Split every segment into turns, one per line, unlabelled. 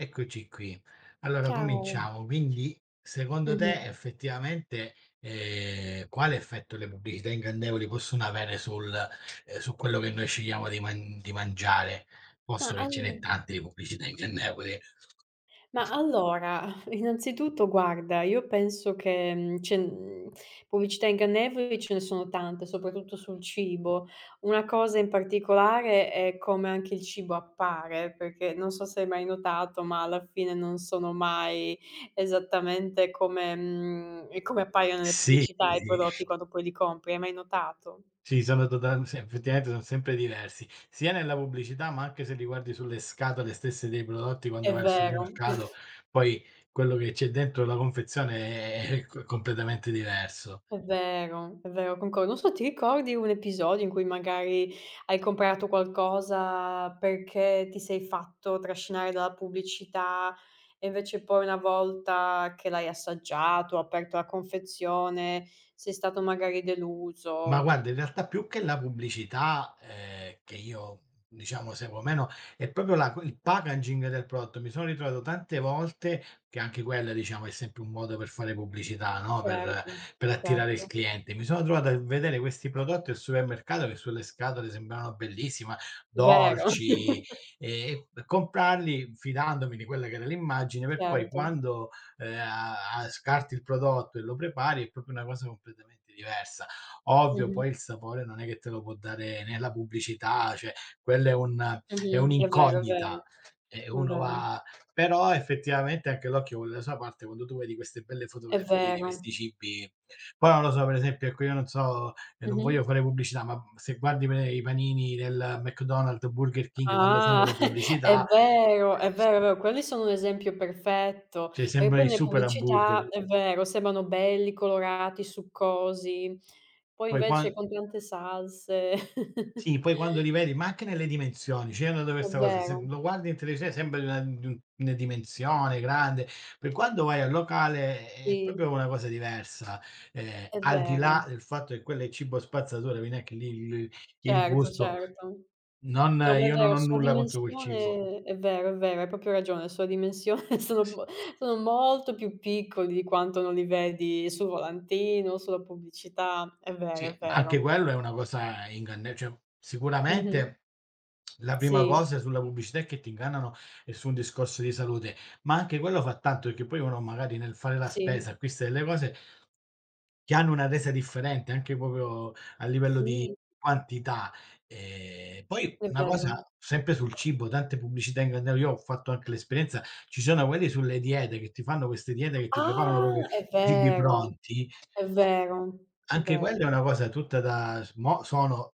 Eccoci qui. Allora
Ciao.
cominciamo. Quindi secondo te
Mh-mh.
effettivamente, quale effetto le pubblicità ingannevoli possono avere sul su quello che noi scegliamo di mangiare,
Ma
posto che ce
allo
n'è tante di pubblicità ingannevoli?
ma allora, innanzitutto guarda, io penso che, pubblicità ingannevoli ce ne sono tante, soprattutto sul cibo. Una cosa in particolare è come anche il cibo appare, perché non so se hai mai notato, ma alla fine non sono mai esattamente come appaiono nelle
Sì,
pubblicità i
sì,
prodotti quando poi li compri. Hai mai notato?
sì, sono total sì, effettivamente son sempre diversi, sia nella pubblicità, ma anche se li guardi sulle scatole stesse dei prodotti quando
È
vai al
vero.
supermercato, poi quello che c'è dentro la confezione è co completamente diverso.
È vero, è vero, concordo. Non so, ti ricordi un episodio in cui magari hai comprato qualcosa perché ti sei fatto trascinare dalla pubblicità e invece poi una volta che l'hai assaggiato, aperto la confezione, sei stato magari
Ma
deluso.
guarda, in realtà più che la pubblicità, che io diciamo seguo meno, è proprio la co il packaging del prodotto. Mi sono ritrovato tante volte, che anche quella diciamo è sempre un modo per fare pubblicità, no, per
Certo,
per attirare il
certo.
cliente. Mi sono trovato a vedere questi prodotti al supermercato che sulle scatole sembravano bellissima,
Vero.
dolci, e comprarli fidandomi di quella che era l'immagine, per poi
Certo.
quando, a a scarti il prodotto e lo prepari è proprio una cosa completamente diversa. Ovvio,
Mh-mh,
poi il sapore non è che te lo può dare né la pubblicità, cioè quella è
mh-mh. È vero, è
un'incognita
vero,
e
è
uno
vero.
va. Però effettivamente anche l'occhio vuole la sua parte quando tu vedi queste belle
È
fotografie di
vero.
questi cibi. Poi non lo so, per esempio, ecco, io non so e non
Mh-mh.
voglio fare pubblicità, ma se guardi pe i panini del McDonald's, Burger King, quando fanno
Ah,
le
è
pubblicità,
vero, è vero, è vero, quelli sono un esempio perfetto,
cioè
perché
sembra
poi
il
nelle
super hamburger.
pubblicità, è vero, sembrano belli, colorati, succosi, poi
Poi quan
invece con tante salse.
Sì, poi quando li vedi, ma anche nelle dimensioni, cioè io noto
È
questa cosa, se
vero,
lo guardi in televisione sembra di una di un una dimensione grande, poi quando vai al locale è
sì,
proprio una cosa diversa,
è
al di
vero.
là del fatto che quello è cibo spazzatura, quindi anche lì il
Certo,
gusto
certo.
non.
No, ma è
Io non
vero,
ho
sua
nulla contro quel cibo.
dimensione è vero, hai proprio ragione, sua dimensione sono molto più piccoli di quanto non li vedi sul volantino, sulla pubblicità. È vero,
Sì,
è
ma anche
vero.
quello è una cosa inganne cioè
Mh-mh.
sicuramente la prima
Sì.
cosa sulla pubblicità è che ti ingannano, è su un discorso di salute, ma anche quello fa tanto perché poi uno magari nel fare la
Sì,
spesa acquista delle cose che hanno una resa differente anche proprio a livello di
sì,
quantità. Poi
è
una cosa
vero.
sempre sul cibo, tante pubblicità ingannevoli, io ho fatto anche l'esperienza, ci sono quelli sulle diete che ti fanno queste diete che ti preparano
Ah,
proprio
è
i cibi
vero,
pronti.
è vero, è
Anche quella
vero.
è una cosa tutta da s mo sono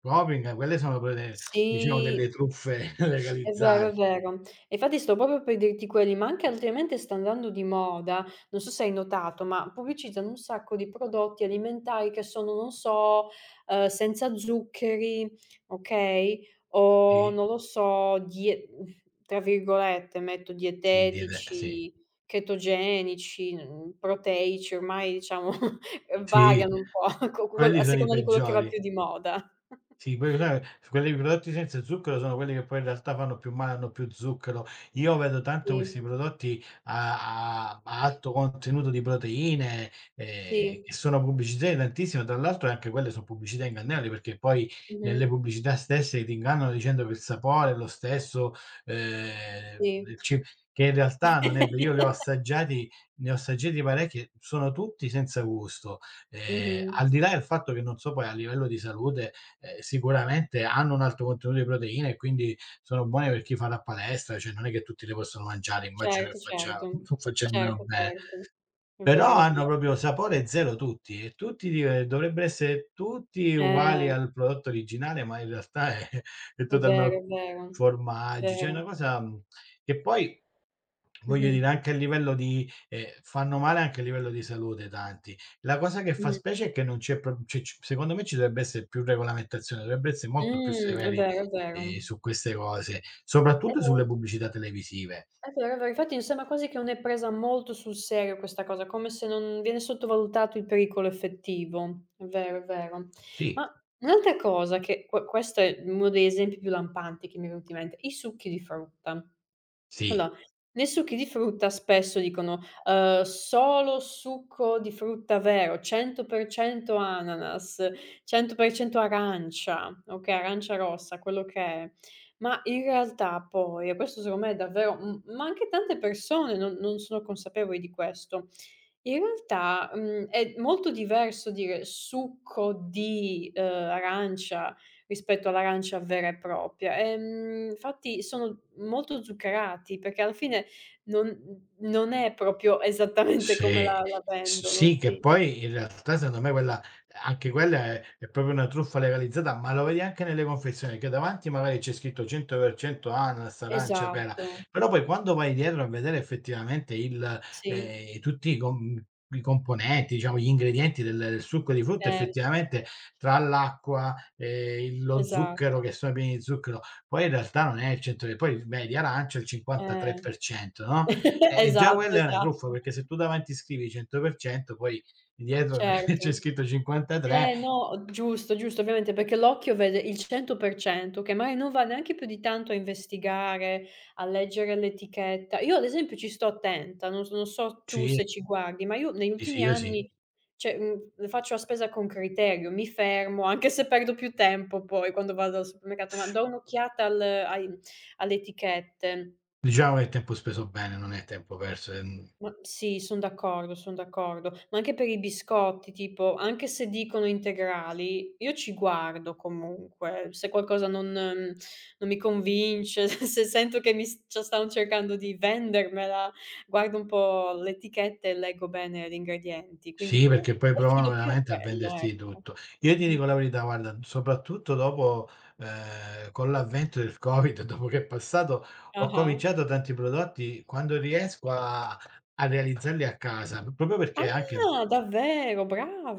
proprio quelle, sono quelle diciamo delle
Sì.
truffe
È vero, è
legalizzate.
vero. E infatti sto proprio per dirti quelli, ma anche altrimenti sta andando di moda, non so se hai notato, ma pubblicizzano un sacco di prodotti alimentari che sono, non so, senza zuccheri, okay, o
Sì,
non lo so, tra virgolette metto,
sì, dire sì,
"dietetici", "chetogenici", "proteici", ormai diciamo
sì,
variano un po' co co
quelli
a
sono i
seconda di quello che va
peggiori.
più di moda.
Sì, poi sai, quelli prodotti senza zucchero sono quelli che poi in realtà fanno più male, hanno più zucchero. Io vedo tanto
Sì,
questi prodotti a alto contenuto di proteine,
sì.
che sono pubblicizzati tantissimo, tra l'altro anche quelle son pubblicità ingannevoli, perché poi
Mh-mh.
nelle pubblicità stesse ti ingannano dicendo che il sapore è lo stesso,
Sì.
del ci che in realtà non è ve io li ho assaggiati, ne ho assaggiati parecchi, sono tutti senza gusto.
Mh-mh.
Al di là del fatto che non so poi a livello di salute, sicuramente hanno un alto contenuto di proteine e quindi sono buone per chi fa la palestra, cioè non è che tutti le possono mangiare, immagino che
Certo,
faccia
certo.
non facciano
Certo,
bene.
certo. È
Però
vero, è
hanno
vero.
proprio sapore zero, tutti e tutti div dovrebbero essere tutti uguali
Eh,
al prodotto originale, ma in realtà è è
è vero,
totalme
è vero.
formaggi, cioè è una
Vero.
cosa, che poi. Voglio
Mh-mh.
dire anche a livello di, fanno male anche a livello di salute tanti. La cosa che fa
Mh.
specie è che non c'è pro c c secondo me ci dovrebbe essere più regolamentazione, dovrebbe essere molto più
È
severi,
vero, è vero.
su queste cose,
È
soprattutto sulle
vero,
pubblicità televisive.
è vero, è vero. Infatti mi sembra quasi che non è presa molto sul serio questa cosa, come se non viene sottovalutato il pericolo effettivo. È vero, è vero.
Sì,
Ma un'altra cosa che que questo è uno degli esempi più lampanti che mi è venuto in mente, i succhi di frutta.
sì.
Allora, nei succhi di frutta spesso dicono: "Solo succo di frutta vero, 100% ananas, 100% arancia", okay, arancia rossa, quello che è. Ma in realtà poi, e questo secondo me è davvero m ma anche tante persone non sono consapevoli di questo. In realtà, è molto diverso dire succo di, arancia rispetto all'arancia vera e propria. Infatti sono molto zuccherati, perché alla fine non è proprio esattamente come
Sì,
la
s
vendono,
sì, che
sì.
poi in realtà secondo me quella anche quella è proprio una truffa legalizzata, ma lo vedi anche nelle confezioni, che davanti magari c'è scritto 100% ananas, arancia, pera,
Esatto,
però poi quando vai dietro a vedere effettivamente il,
sì,
tutti i componenti, diciamo gli ingredienti del succo di frutta,
eh,
effettivamente tra l'acqua, il lo zucchero,
esatto,
che sono pieni di zucchero, poi in realtà non è il 100 e poi beh, di arancia il
eh,
53%, no, e già
esatto,
quella è una truffa,
esatto,
perché se tu davanti scrivi 100% poi dietro c'è
certo.
scritto 53,
Eh no, giusto, giusto, ovviamente, perché l'occhio vede il 100%, che magari non va neanche più di tanto a investigare, a leggere l'etichetta. Io ad esempio ci sto attenta, non so tu
sì,
se ci guardi, ma io negli
sì, sì,
ultimi
io sì.
anni, cioè, faccio la spesa con criterio, mi fermo, anche se perdo più tempo poi quando vado al supermercato, ma do un'occhiata al ai alle etichette.
Diciamo che è tempo speso bene, non è tempo perso,
Ma sì, son d'accordo, son d'accordo. Ma anche per i biscotti, tipo, anche se dicono integrali, io ci guardo comunque. Se qualcosa non mi convince, se sento che mi s cioè stanno cercando di vendermela, guardo un po' l'etichetta e leggo bene gli ingredienti, quindi
sì,
gu
perché poi
mi
provano
affido più a
veramente a
quello,
venderti
ecco.
tutto. Io ti
Mh-mh.
dico la verità, guarda, soprattutto dopo, con l'avvento del Covid, dopo che è passato, ho
Ah-ah.
cominciato tanti prodotti quando riesco a realizzarli a casa, proprio perché anche.
Ah, davvero,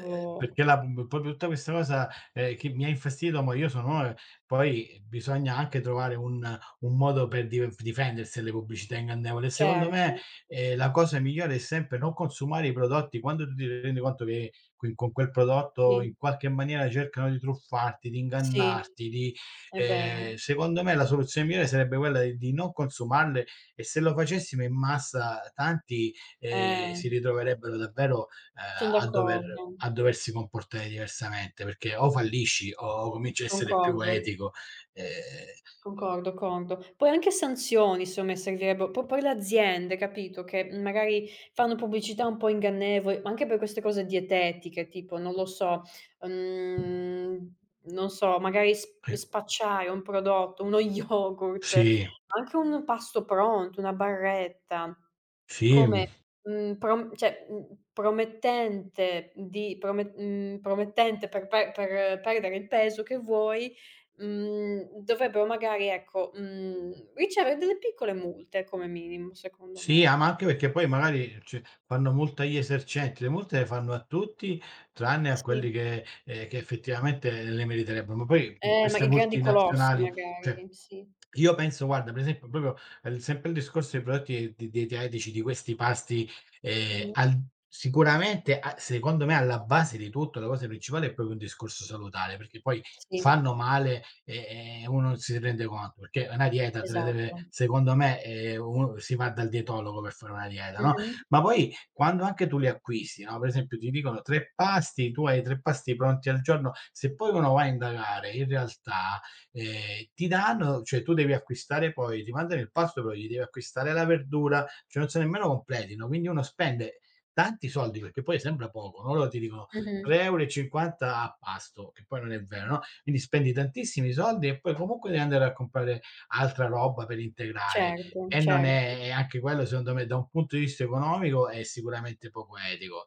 Perché proprio tutta questa cosa, che mi ha infastidito, ma io sono uno che poi bisogna anche trovare un modo per div difendersi alle pubblicità ingannevoli e secondo
Certo,
me, la cosa migliore è sempre non consumare i prodotti quando tu ti rendi conto che qui con quel prodotto in
sì,
qualche maniera cercano di truffarti, di
sì,
ingannarti, di,
è vero.
secondo me la soluzione migliore sarebbe quella di non consumarle, e se lo facessimo in massa tanti,
Eh.
si ritroverebbero davvero ehm,
Son d'accordo,
a doversi comportare diversamente, perché o fallisci o cominci a essere più
concordo.
etico, ehm,
Concordo, concordo. Poi anche sanzioni secondo me servirebbero, proprio per le aziende, capito, che, magari fanno pubblicità un po' ingannevoli, ma anche per queste cose dietetiche, tipo non lo so, mhmm, non so, magari sp
ehm,
spacciare un prodotto, uno yogurt,
sì,
anche un pasto pronto, una barretta,
sì,
come,
mhmm,
prom cioè, promettente di promettente per pe per perdere il peso che vuoi, dovrebbero magari ecco, ricevere delle piccole multe come minimo secondo
sì,
me.
ah, ma anche perché poi magari, cioè, fanno multa agli esercenti, le multe le fanno a tutti tranne a
Sì,
quelli che effettivamente le meriterebbero. Ma poi,
ma
queste
i grandi colossi
multinazionali cioè.
magari, sì.
Io penso guarda, per esempio proprio, sempre il discorso dei prodotti di dietetici, di questi pasti,
Mh-mh.
al sicuramente a secondo me alla base di tutto, la cosa principale è proprio un discorso salutare, perché poi
Sì,
fanno male e uno non si rende conto, perché una dieta te la deve
esatto.
secondo me, uno si va dal dietologo per fare una dieta, no,
Mh-mh.
ma poi quando anche tu li acquisti, no, per esempio ti dicono 3 pasti, tu hai 3 pasti pronti al giorno, se poi uno va a indagare in realtà, ti danno cioè tu devi acquistare poi ti mandano il pasto, però gli devi acquistare la verdura, cioè non so nemmeno completino, quindi uno spende tanti soldi, perché poi sembra poco, no, loro ti dicono
Mh-mh.
3,50 € a pasto, che poi non è vero, no, quindi spendi tantissimi soldi e poi comunque devi andare a comprare altra roba per integrare,
Certo,
e non è
certo.
e anche quello secondo me da un punto di vista economico è sicuramente poco etico.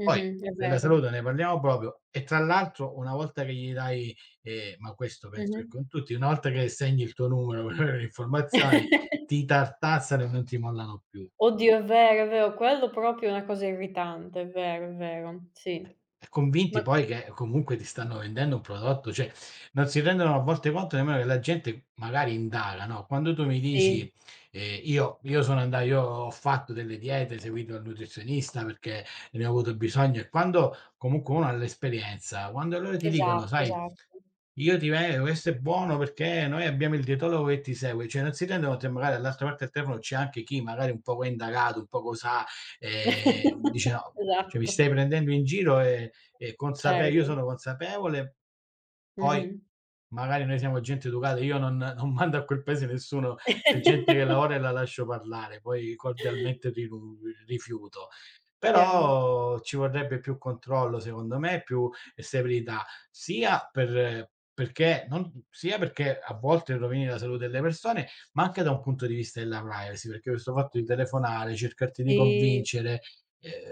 Poi
è
della
vero.
salute ne parliamo proprio, e tra l'altro una volta che gli dai, ma questo penso che
Mh-mh.
con tutti, una volta che segni il tuo numero per avere le informazioni, ti tartassano e non ti mollano più.
Oddio è vero, quello proprio è una cosa irritante, è vero, sì.
Convinti
Ma
poi che comunque ti stanno vendendo un prodotto, cioè non si rendono a volte conto nemmeno che la gente magari indaga, no, quando tu mi dici:
sì.
io sono anda io ho fatto delle diete, seguito il nutrizionista perché ne ho avuto bisogno", e quando comunque uno ha l'esperienza, quando loro ti dicono:
Esatto,
"Sai,
esatto.
io ti ve questo è buono perché noi abbiamo il dietologo che ti segue", cioè non si rendono conto che magari dall'altra parte del telefono c'è anche chi magari un poco indagato, un poco sa, dice: "No, cioè mi stai
Esatto,
prendendo in giro, e consape io
certo.
sono consapevole". Poi
Mh-mh.
magari noi siamo gente educata, io non mando a quel paese nessuno, c'è gente che lavora e la lascio parlare, poi cordialmente rinu rifiuto.
Chiaro.
Però ci vorrebbe più controllo secondo me, più severità, sia per, perché non sia perché a volte rovini la salute delle persone, ma anche da un punto di vista della privacy, perché questo fatto di telefonare, cercarti di
Sì,
convincere, ehm,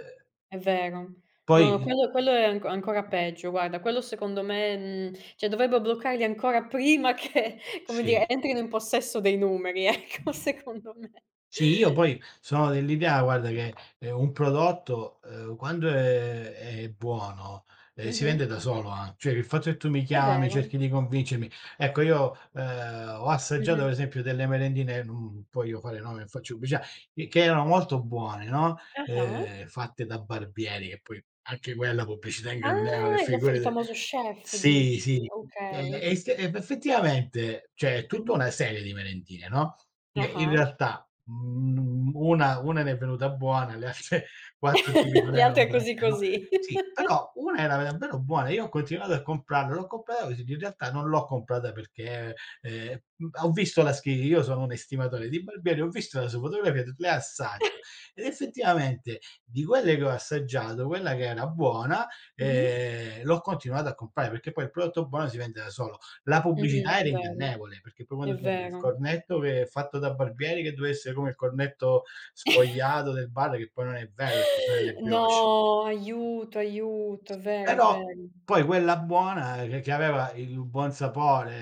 è vero. No, no,
poi
quello è ancora peggio, guarda, quello secondo me, cioè dovrebbero bloccarli ancora prima che, come dire,
sì.
entrino in possesso dei numeri, ecco, secondo me.
Sì, io poi sono dell'idea, guarda, che, un prodotto, quando è buono, si
Mh-mh,
vende da solo, an cioè il fatto che tu mi
è
chiami,
vero.
cerchi di convincermi, ecco io, ho assaggiato per
Mh-mh.
esempio delle merendine, non voglio fare nomi, non faccio pubblicità, che erano molto buone, no,
Ah-ah.
fatte da Barbieri, che poi anche quella pubblicità
Ah,
ingannevole,
il
figurati,
famoso chef
sì,
dici,
sì,
okay.
e s ef effettivamente, cioè, è tutta
Mh-mh.
una serie di merendine, no, che in
Ah-ah.
realtà. Mhmm, una ne è venuta buona, le altre 4 tipi non
Le
erano
altre così,
granché, no,
così.
sì,
Mh-mh.
però una era davvero buona. Io ho continuato a comprarla, l'ho comprata così, in realtà non l'ho comprata perché, ho visto la schi io sono un estimatore di Barbieri, ho visto la sua fotografia, ho detto: "Le assaggio". Ed effettivamente di quelle che ho assaggiato, quella che era buona, l'ho continuata a comprare, perché poi il prodotto buono si vende da solo. La
Mh-mh,
pubblicità
è
era
vero,
ingannevole, perché poi
è
quando tu vedevi il
vero.
cornetto che è fatto da Barbieri, che doveva essere come il cornetto sfogliato del bar, che poi non è vero perché sono delle brioche,
No, aiuto, aiuto, è vero, è
però
vero.
poi quella buona che aveva il buon sapore,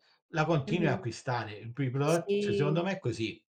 la continui a
Mh-mh.
acquistare. I prodotti cioè secondo
Sì,
me è così.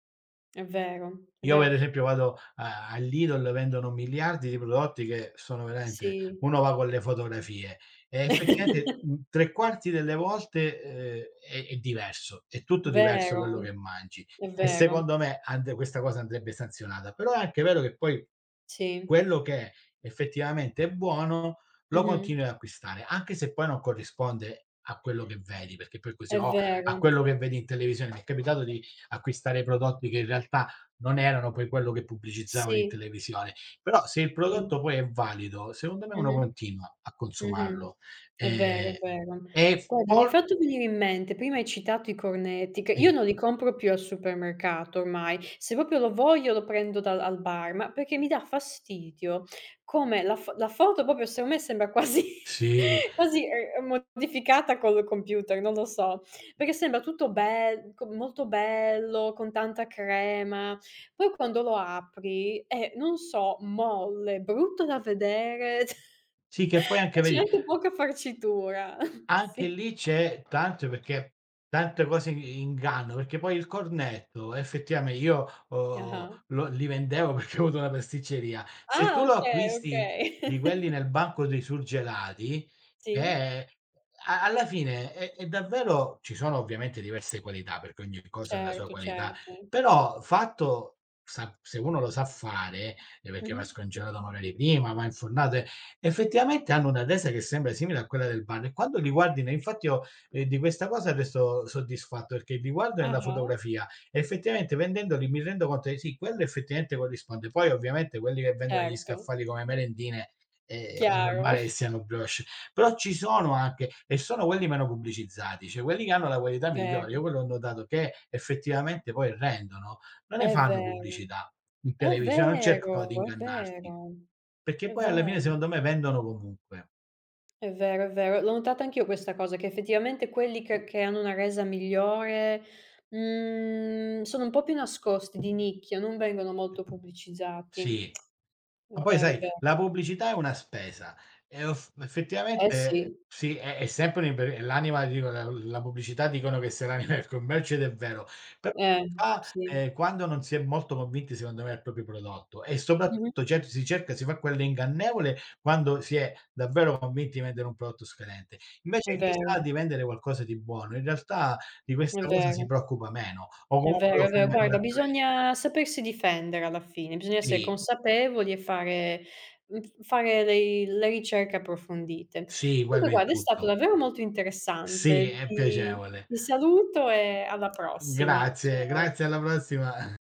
è
Io
vero,
per esempio vado a all'Idol, vendono miliardi di prodotti che sono veramente,
sì.
uno va con le fotografie e effettivamente, 3/4 delle volte, è diverso, è tutto diverso
Vero,
quello che mangi,
è
e
vero,
secondo me and questa cosa andrebbe sanzionata. Però è anche vero che poi
sì.
quello che effettivamente è buono lo
Mh-mh.
continui ad acquistare, anche se poi non corrisponde a quello che vedi, perché poi così
È
o a
vero.
quello che vedi in televisione. Mi è capitato di acquistare prodotti che in realtà non erano poi quello che pubblicizzavano in
Sì,
televisione. Però se il
sì.
prodotto poi è valido, secondo me uno
Mh-mh.
continua a
Mh-mh.
consumarlo.
È vero, è
Ehm,
vero.
e
Guarda, mi hai
for
fatto venire in mente, prima hai citato i cornetti, che io
sì,
non li compro più al supermercato ormai, se proprio lo voglio lo prendo dal al bar, ma perché mi dà fastidio come la foto proprio secondo me sembra quasi
sì.
quasi, modificata col computer, non lo so, perché sembra tutto bel co molto bello, con tanta crema. Poi quando lo apri è, non so, molle, brutto da vedere
Sì, che poi anche
e c'è
vedi.
anche poca farcitura.
Anche
Sì.
lì c'è tanto perché tante cose i inganno, perché poi il cornetto effettiame io,
Ah-ah.
lo li vendevo perché ho avuto una pasticceria. Se tu
Ah,
lo
okay,
acquisti di
okay.
quelli nel banco dei surgelati,
Sì,
eh, a alla fine è davvero ci sono ovviamente diverse qualità, perché ogni cosa ha la sua
certo,
qualità,
certo.
però fatto, sa, se uno lo sa fare, perché va
Mh-mh.
scongelato magari prima, va infornato, effettivamente hanno una tesa che sembra simile a quella del bar e quando li guardi ne infatti io, di questa cosa resto soddisfatto perché li guardo nella
Ah-ah,
fotografia e effettivamente vendendoli mi rendo conto che sì, quello effettivamente corrisponde. Poi ovviamente quelli che vendono gli
certo,
scaffali come merendine, è
chiaro.
normale che siano brioche, però ci sono anche, e sono quelli meno pubblicizzati, cioè quelli che hanno la qualità migliore. Io
Vero,
quello ho notato, che effettivamente poi rendono, non ne
è
fanno
vero,
pubblicità. In
è
televisione, non
vero,
cercano di
è
ingannarti,
vero,
perché
è
poi alla fine
vero.
secondo me vendono comunque.
È vero, è vero. L'ho notata anch'io questa cosa, che effettivamente quelli che hanno una resa migliore, sono un po' più nascosti, di nicchia, non vengono molto pubblicizzati.
Sì.
È
Ma poi
vero, è
sai,
vero.
la pubblicità è una spesa e off
Eh
effettivamente
sì,
sì, è sempre un'imper è l'anima, dico la pubblicità, dicono che sia l'anima del commercio, ed è vero, però
eh,
si fa,
sì.
quando non si è molto convinti secondo me del proprio prodotto, e
Mh-mh.
soprattutto certo si cerca, si fa quella ingannevole quando si è davvero convinti di vendere un prodotto scadente.
È
Invece chi sa
vero,
di vendere qualcosa di buono, in realtà di
è
questa cosa si
vero.
preoccupa meno, o
È
comunque lo
vero, è
fa in
vero.
maniera
Guarda,
più e
bisogna sapersi difendere alla fine, bisogna essere
sì,
consapevoli e fare mhmm, f fare dei le ricerche approfondite.
sì, quello
Comunque
in
guarda, è stato
tutto.
davvero molto
Sì,
interessante.
è
Ti
piacevole.
ti saluto e alla prossima.
Grazie,
Ciao.
grazie alla prossima.